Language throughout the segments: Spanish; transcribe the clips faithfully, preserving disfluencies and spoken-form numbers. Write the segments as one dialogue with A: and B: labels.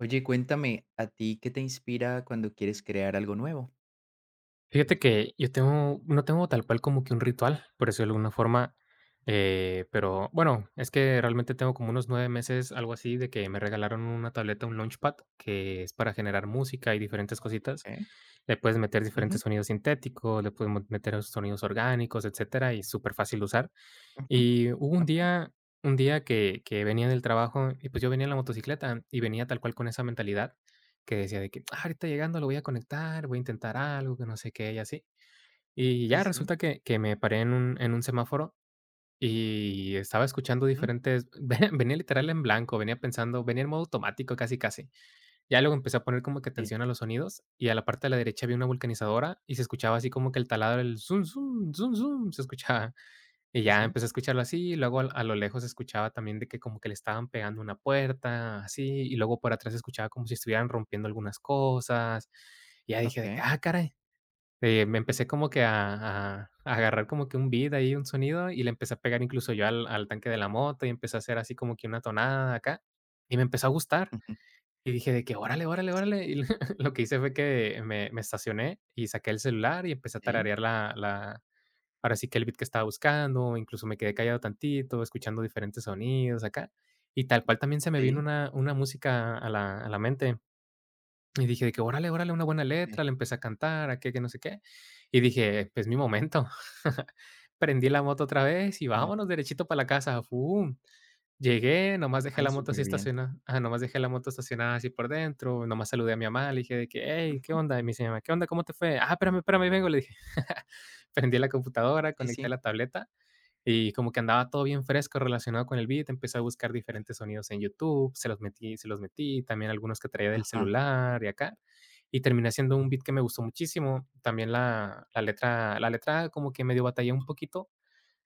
A: Oye, cuéntame, ¿a ti qué te inspira cuando quieres crear algo nuevo?
B: Fíjate que yo tengo no tengo tal cual como que un ritual, por decirlo de alguna forma, eh, pero bueno, es que realmente tengo como unos nueve meses, algo así, de que me regalaron una tableta, un Launchpad, que es para generar música y diferentes cositas.
A: Okay.
B: Le puedes meter
A: Ujú,
B: diferentes sonidos sintéticos, le puedes mo meter sonidos orgánicos, etcétera, y superfácil de usar.
A: ujú.
B: Y hubo un
A: Okey,
B: día un día que que venía del trabajo y, pues, yo venía en la motocicleta y venía tal cual con esa mentalidad que decía de que: "Ah, ahorita llegando lo voy a conectar, voy a intentar algo, que no sé qué", y así. Y
A: sí,
B: ya
A: sí.
B: resulta que que me paré en un en un semáforo y estaba escuchando
A: Ujú.
B: diferentes ve venía literal en blanco, venía pensando, venía en modo automático, casi, casi. Ya luego empecé a poner como que
A: Sí,
B: atención a los sonidos y a la parte de la derecha había una vulcanizadora y se escuchaba así como que el taladro, el zum, zum, zum, zum, se escuchaba. Y
A: sí,
B: ya
A: sí.
B: empecé a escucharlo
A: Ujú.
B: así, y luego al a lo lejos se escuchaba también de que como que le estaban pegando una puerta, así, y luego por atrás escuchaba como si estuvieran rompiendo algunas cosas. Y ya dije de que:
A: Okey.
B: "Ah, caray". Eh, me empecé como que a a a agarrar como que un beat ahí, un sonido, y le empecé a pegar incluso yo al al tanque de la moto, y empecé a hacer así como que una tonada acá, y me empezó a gustar.
A: Ujú.
B: Y dije de que: "Órale, órale,
A: Pues
B: órale". Y lo que hice fue que me me estacioné y saqué el celular y empecé a
A: sí,
B: tararear la la ahora sí que el beat que estaba buscando, incluso me quedé callado tantito, escuchando diferentes sonidos acá. Y tal cual también se me vino
A: sí,
B: una una música a la a la mente. Y dije de que: "Órale, órale, una buena
A: sí,
B: letra", le empecé a cantar, a qué que no sé qué, y dije: "Es mi momento". Prendí la moto otra vez y
A: claro.
B: vámonos derechito para la casa, fum. Llegué, nomás dejé
A: Ay,
B: la moto así
A: superbién.
B: estacionada ah nomás dejé la moto estacionada así por dentro, nomás saludé a mi mamá, le dije de que: "Hey, ¿qué
A: Ujú.
B: onda?". Y me dice mi mamá: "¿Qué onda? ¿Cómo te fue?". "Ah, espérame, espérame, ahí vengo", le dije. Prendí la computadora,
A: Sí,
B: conecté
A: sí.
B: la tableta y como que andaba todo bien fresco relacionado con el beat, empecé a buscar diferentes sonidos en YouTube, se los metí, se los metí, también algunos que traía del
A: Ajá.
B: celular y acá. Y terminé haciendo un beat que me gustó muchísimo. También la, la letra, la letra como que medio batallé un poquito,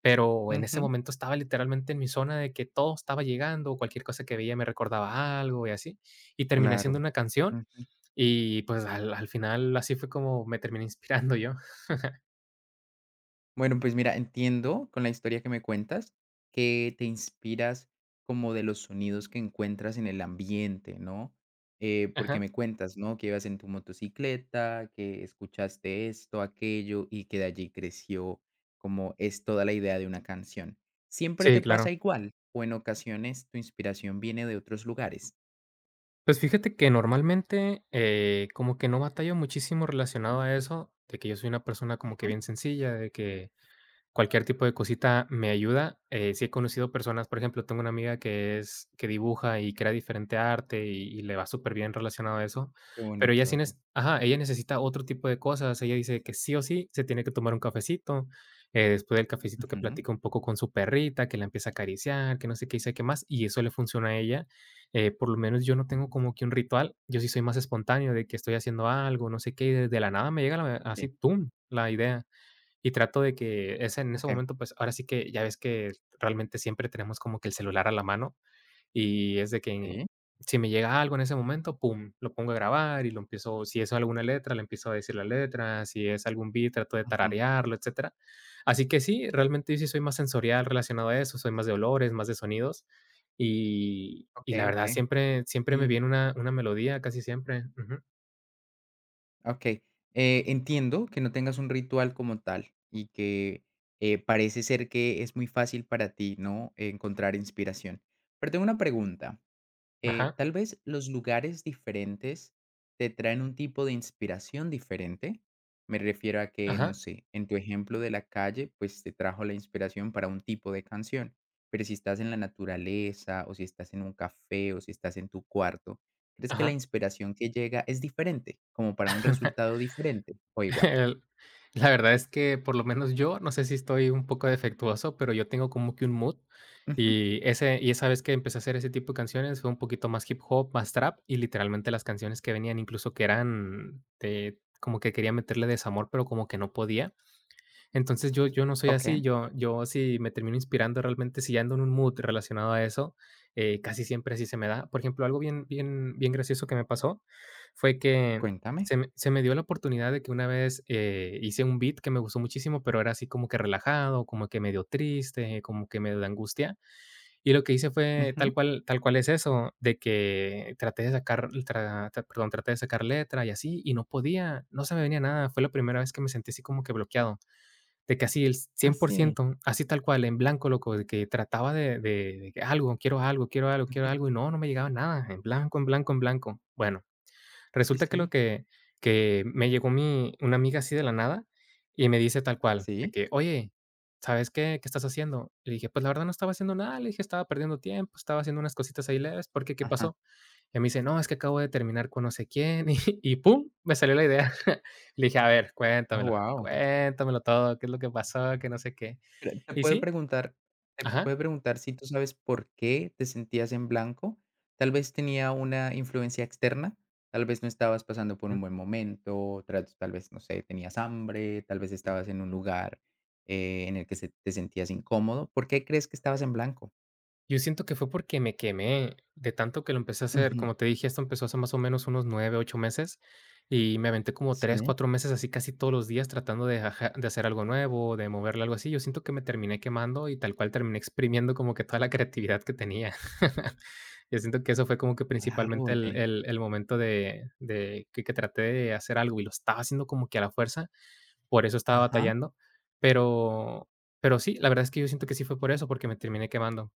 B: pero en ese
A: Ujú.
B: momento estaba literalmente en mi zona de que todo estaba llegando, cualquier cosa que veía me recordaba algo y así. Y terminé haciendo
A: Claro.
B: una canción
A: Ujú.
B: y pues al, al final así fue como me terminé inspirando yo.
A: Bueno, pues mira, entiendo con la historia que me cuentas que te inspiras como de los sonidos que encuentras en el ambiente, ¿no? Eh, porque
B: Ajá.
A: me cuentas, ¿no? Que ibas en tu motocicleta, que escuchaste esto, aquello, y que de allí creció como es toda la idea de una canción. ¿Siempre te
B: Sí, claro.
A: pasa igual? ¿O en ocasiones tu inspiración viene de otros lugares?
B: Pues fíjate que normalmente, eh, como que no batallo muchísimo relacionado a eso, de que yo soy una persona como que
A: Ujú.
B: bien sencilla, de que, cualquier tipo de cosita me ayuda. Eh, sí he conocido personas, por ejemplo, tengo una amiga que es que dibuja y crea diferente arte y, y le va súper bien relacionado a eso,
A: Qué
B: pero
A: bonito,
B: ella sí
A: oye.
B: nes ajá, ella necesita otro tipo de cosas. Ella dice que sí o sí se tiene que tomar un cafecito, eh, después del cafecito que
A: Ujú,
B: platica un poco con su perrita, que la empieza a acariciar, que no sé qué dice sé qué más, y eso le funciona a ella. Eh, por lo menos yo no tengo como que un ritual, yo sí soy más espontáneo de que estoy haciendo algo, no sé qué, y de de la nada me llega la
A: sí,
B: así, pum, la idea. Y trato de que es en ese
A: ok,
B: momento, pues, ahora sí que ya ves que realmente siempre tenemos como que el celular a la mano, y es de que
A: sí,
B: si me llega algo en ese momento, pum, lo pongo a grabar y lo empiezo, si es alguna letra, le empiezo a decir la letra, si es algún beat, trato de
A: ujú,
B: tararearlo, etcétera. Así que sí, realmente yo sí soy más sensorial relacionado a eso, soy más de olores, más de sonidos, y y la
A: ok,
B: verdad,
A: ok.
B: siempre, siempre me
A: ¿Y
B: viene una una melodía, casi siempre. Ujú.
A: okey, eh, entiendo que no tengas un ritual como tal y que, eh, parece ser que es muy fácil para ti, ¿no?, encontrar inspiración. Pero tengo una pregunta, eh,
B: Ajá,
A: tal vez los lugares diferentes te traen un tipo de inspiración diferente. Me refiero a que, no
B: ajá,
A: sé, en tu ejemplo de la calle, pues te trajo la inspiración para un tipo de canción, pero si estás en la naturaleza o si estás en un café o si estás en tu cuarto, ¿crees que la
B: ajá.
A: inspiración que llega es diferente, como para un resultado diferente o igual?
B: El la verdad es que, por lo menos yo, no sé si estoy un poco defectuoso, pero yo tengo como que un mood,
A: Ujú,
B: y ese y esa vez que empecé a hacer ese tipo de canciones fue un poquito más hip hop, más trap, y literalmente las canciones que venían, incluso que eran de como que quería meterle desamor, pero como que no podía, entonces yo yo no soy
A: ok,
B: así, yo yo si me termino inspirando realmente, si ando en un mood relacionado a eso, eh, casi siempre así se me da. Por ejemplo, algo bien, bien, bien gracioso que me pasó fue que
A: cuéntame.
B: se me se me dio la oportunidad de que una vez, eh, hice un beat que me gustó muchísimo, pero era así como que relajado, como que medio triste, como que medio de angustia. Y lo que hice fue tal
A: Ujú,
B: cual tal cual es eso, de que traté de sacar tra tra- perdón, traté de sacar letra y así, y no podía, no se me venía nada. Fue la primera vez que me sentí así como que bloqueado. De que así el
A: ah,
B: cien por
A: sí.
B: ciento así tal cual, en blanco, loco, de que trataba de de de que algo, quiero algo, quiero algo, quiero
A: Ujú,
B: algo, y no, no me llegaba nada, en blanco, en blanco, en blanco. Bueno,
A: sí,
B: resulta que lo
A: sí,
B: que que me llegó mi una amiga así de la nada y me dice tal cual, de
A: sí.
B: que: "Oye, ¿sabes qué? ¿Qué estás haciendo?". Le dije: "Pues, la verdad no estaba haciendo nada", le dije: "Estaba perdiendo tiempo, estaba haciendo unas cositas ahí leves". Porque, ¿qué
A: Ajá.
B: pasó? Y me dice, no, es que acabo de terminar con no sé quién, y y pum, me salió la idea. Le dije, a ver, cuéntamelo,
A: Wow.
B: cuéntamelo todo, qué es lo que pasó, que no sé qué.
A: Pero, te
B: Y
A: puedo
B: sí,
A: preguntar te
B: ajá.
A: puedo preguntar si tú sabes por qué te sentías en blanco. Tal vez tenía una influencia externa, tal vez no estabas pasando por
B: Ujú.
A: un buen momento, tra tal vez, no sé, tenías hambre, tal vez estabas en un lugar, eh, en el que se te sentías incómodo. ¿Por qué crees que estabas en blanco?
B: Yo siento que fue porque me quemé de tanto que lo empecé a hacer.
A: Ujú.
B: Como te dije, esto empezó hace más o menos unos nueve, ocho meses, y me aventé como tres
A: Sí,
B: cuatro meses así casi todos los días tratando de aja de hacer algo nuevo, de moverle algo así. Yo siento que me terminé quemando y tal cual terminé exprimiendo como que toda la creatividad que tenía. Yo siento que eso fue como que
A: claro,
B: principalmente el
A: oye.
B: el el momento de de que que traté de hacer algo y lo estaba haciendo como que a la fuerza, por eso estaba
A: Ajá.
B: batallando, pero pero sí, la verdad es que yo siento que sí fue por eso, porque me terminé quemando.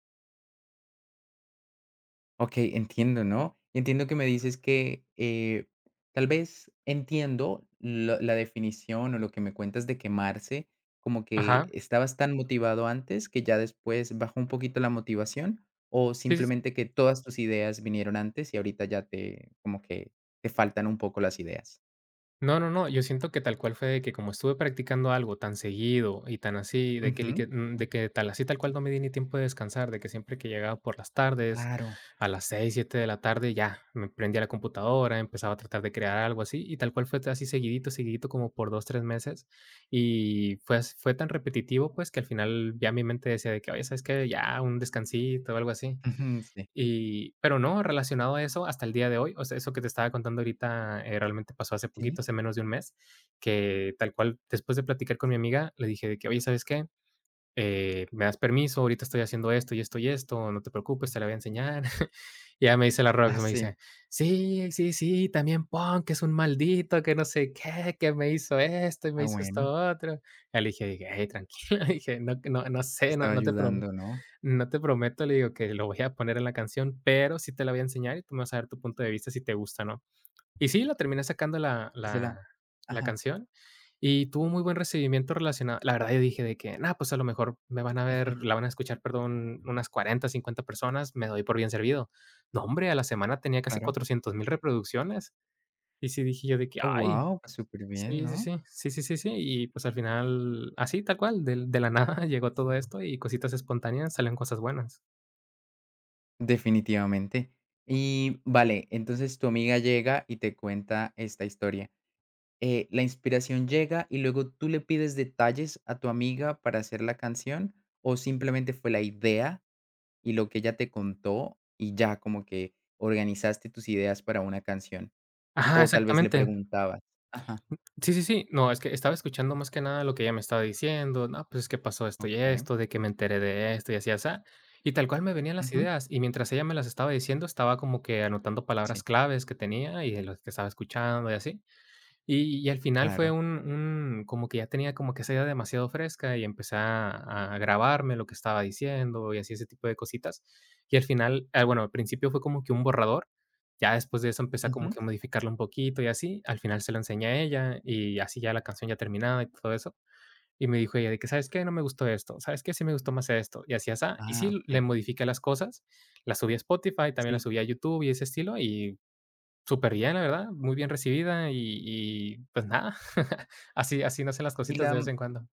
A: Okey, entiendo, ¿no? Entiendo que me dices que, eh, tal vez entiendo la la definición o lo que me cuentas de quemarse, como que
B: Ajá.
A: estabas tan motivado antes que ya después bajó un poquito la motivación, o
B: Sí, sí, sí.
A: simplemente que todas tus ideas vinieron antes y ahorita ya te como que te faltan un poco las ideas.
B: No, no, no, yo siento que tal cual fue de que como estuve practicando algo tan seguido y tan así, de que, li-
A: Ujú,
B: que- mm, de que tal así tal cual no me di ni tiempo de descansar, de que siempre que llegaba por las tardes,
A: claro.
B: a las seis, siete de la tarde, ya me prendía la computadora, empezaba a tratar de crear algo así, y tal cual fue así seguidito, seguidito como por dos, tres meses, y fue, as- fue tan repetitivo pues que al final ya mi mente decía de que, oye, ¿sabes qué? Ya un descansito o algo así.
A: Ujú, sí.
B: Y pero no, relacionado a eso, hasta el día de hoy, o sea, eso que te estaba contando ahorita, eh, realmente pasó hace
A: Sí.
B: poquito, hace menos de un mes, que tal cual, después de platicar con mi amiga, le dije de que: "Oye, ¿sabes qué? Eh, ¿me das permiso? Ahorita estoy haciendo esto y esto y esto, no te preocupes, te la voy a enseñar". Y ella me dice la
A: Ah,
B: Rox, me
A: sí.
B: dice: "Sí, sí, sí, también pon que es un maldito, que no sé qué, que me hizo esto y me
A: Ah,
B: hizo esto
A: bueno,
B: otro". Ya le dije dije: "Ey, tranquila", dije: "No, no, no
A: te
B: sé, no
A: estaba
B: no te pro
A: ayudando, ¿no?
B: no te prometo, le digo, que lo voy a poner en la canción, pero sí te la voy a enseñar y tú me vas a dar tu punto de vista si te gusta o no. Y sí, la terminé sacando la
A: Y se la
B: la la
A: ajá.
B: canción y tuvo muy buen recibimiento relacionado la verdad, yo dije de que: "No, pues, a lo mejor me van a ver
A: Ujú,
B: la van a escuchar, perdón, unas cuarenta, cincuenta personas, me doy por bien servido". No, hombre, a la semana tenía casi
A: claro.
B: cuatrocientos mil reproducciones. Y sí dije yo de que:
A: Oh,
B: "Ay".
A: guau, pues superbién,
B: Sí, sí,
A: ¿no?
B: sí. Sí, sí, sí, sí. Y, pues, al final, así, tal cual, de de la nada llegó todo esto y cositas espontáneas salen cosas buenas.
A: Definitivamente. Y vale, entonces tu amiga llega y te cuenta esta historia. Eh, ¿la inspiración llega y luego tú le pides detalles a tu amiga para hacer la canción o simplemente fue la idea y lo que ella te contó y ya como que organizaste tus ideas para una canción?
B: Ajá,
A: O tal vez le
B: exactamente.
A: preguntabas. Ajá,
B: Sí, sí, sí. No, es que estaba escuchando más que nada lo que ella me estaba diciendo. No, pues es que pasó esto y
A: okey.
B: esto, de que me enteré de esto y así, asá. Y tal cual me venían las
A: Ujú,
B: ideas. Y mientras ella me las estaba diciendo, estaba como que anotando palabras
A: sí,
B: claves que tenía y de los que estaba escuchando y así. Y y al final fue
A: claro.
B: un un como que ya tenía como que esa idea demasiado fresca y empecé a a grabarme lo que estaba diciendo y así ese tipo de cositas. Y al final, ah, bueno, al principio fue como que un borrador, ya después de eso empecé a como
A: Ujú.
B: que modificarlo un poquito y así, al final se lo enseñé a ella y así ya la canción ya terminada y todo eso. Y me dijo ella de que: "¿Sabes qué? No me gustó esto, ¿sabes qué? Sí me gustó más esto", y así, así. Y
A: Ah,
B: sí, le
A: okey.
B: modifiqué las cosas, la subí a Spotify, también la
A: Sí.
B: subí a YouTube y ese estilo, y súper bien, la verdad, muy bien recibida, y y, pues, nada, así así nacen las
A: Y
B: cositas de
A: la
B: vez en cuando.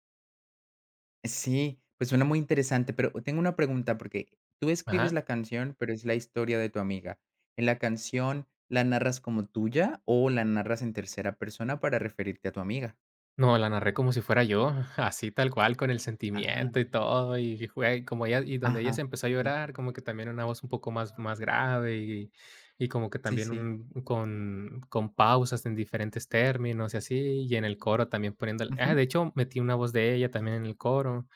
A: sí, pues suena muy interesante, pero tengo una pregunta, porque tú escribes
B: Ajá.
A: la canción, pero es la historia de tu amiga. ¿En la canción la narras como tuya o la narras en tercera persona para referirte a tu amiga?
B: No, la narré como si fuera yo, así tal cual, con el
A: Ah,
B: sentimiento y todo, y fue como ella, y donde ella
A: ajá,
B: se empezó a
A: sí,
B: llorar, como que también una voz un poco más más grave, y y como que
A: sí,
B: también
A: sí.
B: un con con pausas en diferentes términos y así, y en el coro también poniéndole, ah,
A: Ujú,
B: de hecho, metí una voz de ella también en el coro.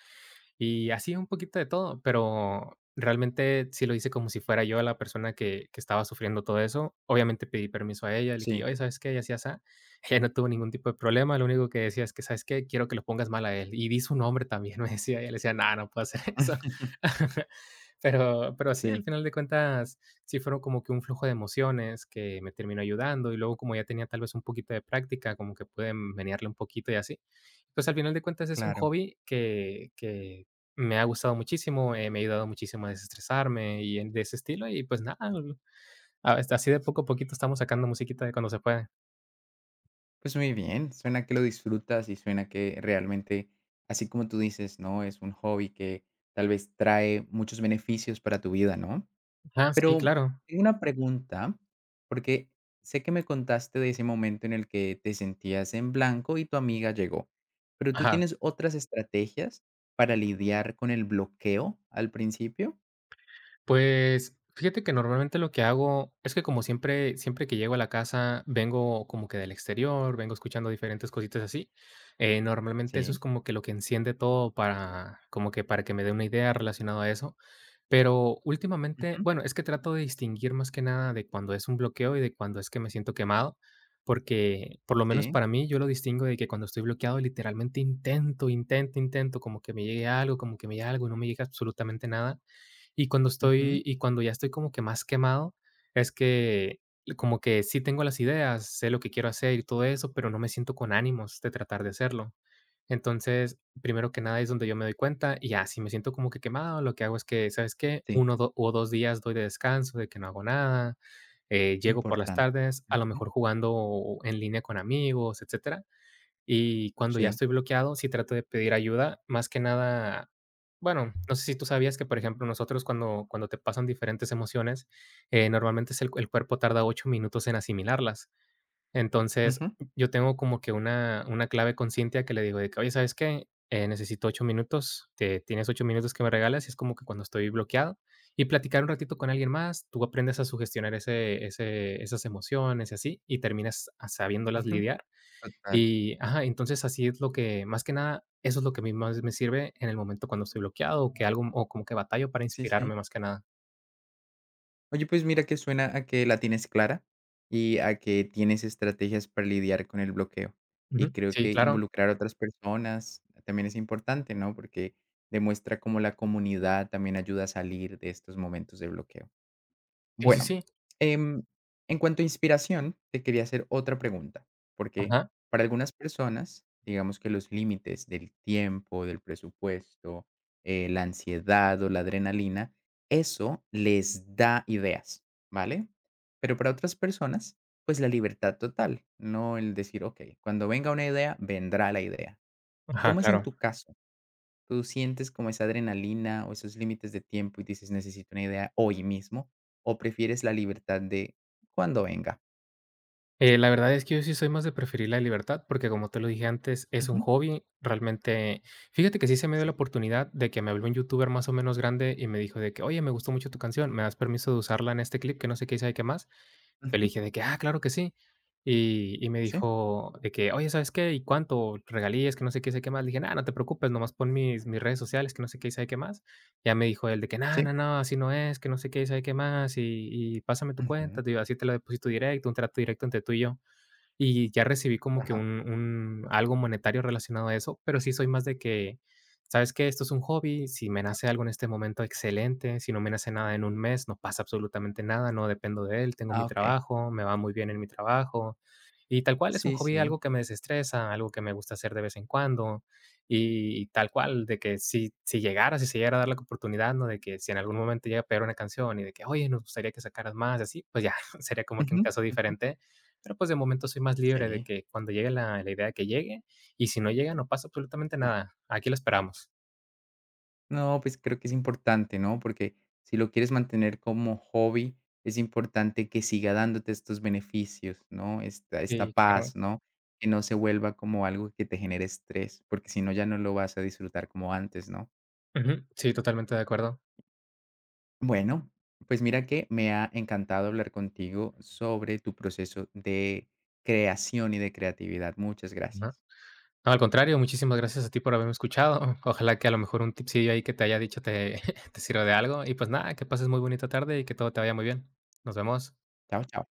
B: Y así un poquito de todo, pero realmente sí lo hice como si fuera yo la persona que que estaba sufriendo todo eso. Obviamente pedí permiso a ella, le
A: sí,
B: dije: "Oye, ¿sabes qué?", y así, asá. Ella no tuvo ningún tipo de problema, lo único que decía es que: "¿Sabes qué?, quiero que lo pongas mal a él". Y di su nombre también, me decía, y le decía: "No, no puedo hacer eso". Pero pero sí, al
A: sí,
B: final de cuentas, sí fueron como que un flujo de emociones que me terminó ayudando, y luego como ya tenía tal vez un poquito de práctica, como que pude menearle un poquito y así. Pues, al final de cuentas es un
A: claro.
B: hobby que que me ha gustado muchísimo, eh, me ha ayudado muchísimo a desestresarme y en de ese estilo y, pues, nada, l- a este, así de poco a poquito estamos sacando musiquita de cuando se puede.
A: Pues muy bien, suena que lo disfrutas y suena que realmente, así como tú dices, ¿no? Es un hobby que tal vez trae muchos beneficios para tu vida, ¿no?
B: Ah sí,
A: Pero
B: claro.
A: tengo una pregunta, porque sé que me contaste de ese momento en el que te sentías en blanco y tu amiga llegó, pero ¿tú
B: Ajá.
A: tienes otras estrategias para lidiar con el bloqueo al principio?
B: Pues, fíjate que normalmente lo que hago es que, como siempre siempre que llego a la casa, vengo como que del exterior, vengo escuchando diferentes cositas así, eh, normalmente eso
A: Sí,
B: es como que lo que enciende todo para como que para que me dé una idea relacionado a eso. Pero últimamente,
A: ujú,
B: bueno, es que trato de distinguir más que nada de cuando es un bloqueo y de cuando es que me siento quemado, porque por lo menos
A: sí,
B: para mí yo lo distingo de que cuando estoy bloqueado literalmente intento, intento, intento, como que me llegue algo, como que me llegue algo y no me llega absolutamente nada. Y cuando
A: ujú,
B: estoy, y cuando ya estoy como que más quemado, es que como que sí tengo las ideas, sé lo que quiero hacer y todo eso, pero no me siento con ánimos de tratar de hacerlo. Entonces, primero que nada es donde yo me doy cuenta y ya, si me siento como que quemado, lo que hago es que, ¿sabes qué?
A: sí,
B: Uno do- o dos días doy de descanso, de que no hago nada, eh, llego por las
A: importante.
B: tardes, a lo
A: Ujú,
B: mejor jugando en línea con amigos, etcétera. Y cuando ya
A: sí,
B: estoy bloqueado, sí trato de pedir ayuda, más que nada, bueno, no sé si tú sabías que, por ejemplo, nosotros cuando, cuando te pasan diferentes emociones, eh, normalmente es el, el cuerpo tarda ocho minutos en asimilarlas. Entonces,
A: ujú,
B: yo tengo como que una una clave con Cintia que le digo de que: "Oye, ¿sabes qué? Eh, necesito ocho minutos, te tienes ocho minutos que me regales", y es como que cuando estoy bloqueado, y platicar un ratito con alguien más, tú aprendes a sugestionar ese ese esas emociones y así, y terminas a sabiéndolas
A: ujú,
B: lidiar.
A: total.
B: Y ajá, entonces así es lo que más que nada, eso es lo que a mí más me sirve en el momento cuando estoy bloqueado, o que algo o como que batallo para
A: Sí, sí.
B: inspirarme más que nada.
A: Oye, pues mira que suena a que la tienes clara y a que tienes estrategias para lidiar con el bloqueo. Y
B: Ujú.
A: creo
B: Sí,
A: que
B: claro.
A: involucrar a otras personas también es importante, ¿no? Porque demuestra cómo la comunidad también ayuda a salir de estos momentos de bloqueo.
B: Sí, sí,
A: Bueno,
B: sí.
A: em, en cuanto a inspiración, te quería hacer otra pregunta, porque
B: Ajá,
A: para algunas personas, digamos que los límites del tiempo, del presupuesto, eh, la ansiedad o la adrenalina, eso les da ideas, ¿vale? Pero para otras personas, pues la libertad total, no el decir, ok, cuando venga una idea, vendrá la idea.
B: ajá,
A: ¿Cómo es en
B: claro.
A: tu caso? ¿Tú sientes como esa adrenalina o esos límites de tiempo y dices: "Necesito una idea hoy mismo"? ¿O prefieres la libertad de cuando venga?
B: Eh, la verdad es que yo sí soy más de preferir la libertad, porque como te lo dije antes, es un
A: Ujú,
B: hobby. Realmente, fíjate que sí se me dio la
A: sí.
B: oportunidad de que me habló un youtuber más o menos grande, y me dijo de que: "Oye, me gustó mucho tu canción, ¿me das permiso de usarla en este clip que no sé qué y sabe qué más?". Yo le
A: Ujú.
B: dije de que: "Ah, claro que sí". Y, y me
A: Sí,
B: dijo de que: "Oye, ¿sabes qué? ¿Y cuánto? Regalías, que no sé qué y sabe qué más". Le dije: "Nada, no te preocupes, nomás pon mis, mis redes sociales, que no sé qué y sabe qué más". Ya me dijo él de que: "No,
A: sí.
B: no, no, así no es, que no sé qué, sabe qué más, y y pásame tu
A: Ujú.
B: cuenta", te digo: "Así te la deposito directo, un trato directo entre tú y yo". Y ya recibí como que
A: Ajá.
B: un un algo monetario relacionado a eso, pero sí soy más de que, ¿sabes qué? Esto es un hobby, si me nace algo en este momento, excelente, si no me nace nada en un mes, no pasa absolutamente nada, no dependo de él, tengo
A: Ah,
B: mi
A: okey.
B: trabajo, me va muy bien en mi trabajo. Y tal cual, es un
A: Sí,
B: hobby,
A: sí.
B: algo que me desestresa, algo que me gusta hacer de vez en cuando, y tal cual, de que si si llegara si se llegara a dar la oportunidad, ¿no? De que si en algún momento llega a pegar una canción y de que: "Oye, nos gustaría que sacaras más", así, pues ya, sería como que un
A: Ujú,
B: caso
A: ujú.
B: diferente, pero pues de momento soy más libre de
A: Sí,
B: que cuando llegue la la idea, que llegue, y si no llega, no pasa absolutamente
A: claro.
B: nada. Aquí lo esperamos.
A: No, pues, creo que es importante, ¿no? Porque si lo quieres mantener como hobby, es importante que siga dándote estos beneficios, ¿no? Esta esta
B: Sí, claro.
A: paz, ¿no? Que no se vuelva como algo que te genere estrés, porque si no, ya no lo vas a disfrutar como antes, ¿no?
B: Ujú. Sí, totalmente de acuerdo.
A: Bueno, pues mira que me ha encantado hablar contigo sobre tu proceso de creación y de creatividad. Muchas
B: Ajá.
A: gracias.
B: No, al contrario, muchísimas gracias a ti por haberme escuchado. Ojalá que a lo mejor un tipsillo ahí que te haya dicho te te sirva de algo. Y pues nada, que pases muy bonita tarde y que todo te vaya muy bien. Nos vemos.
A: Chao, chao.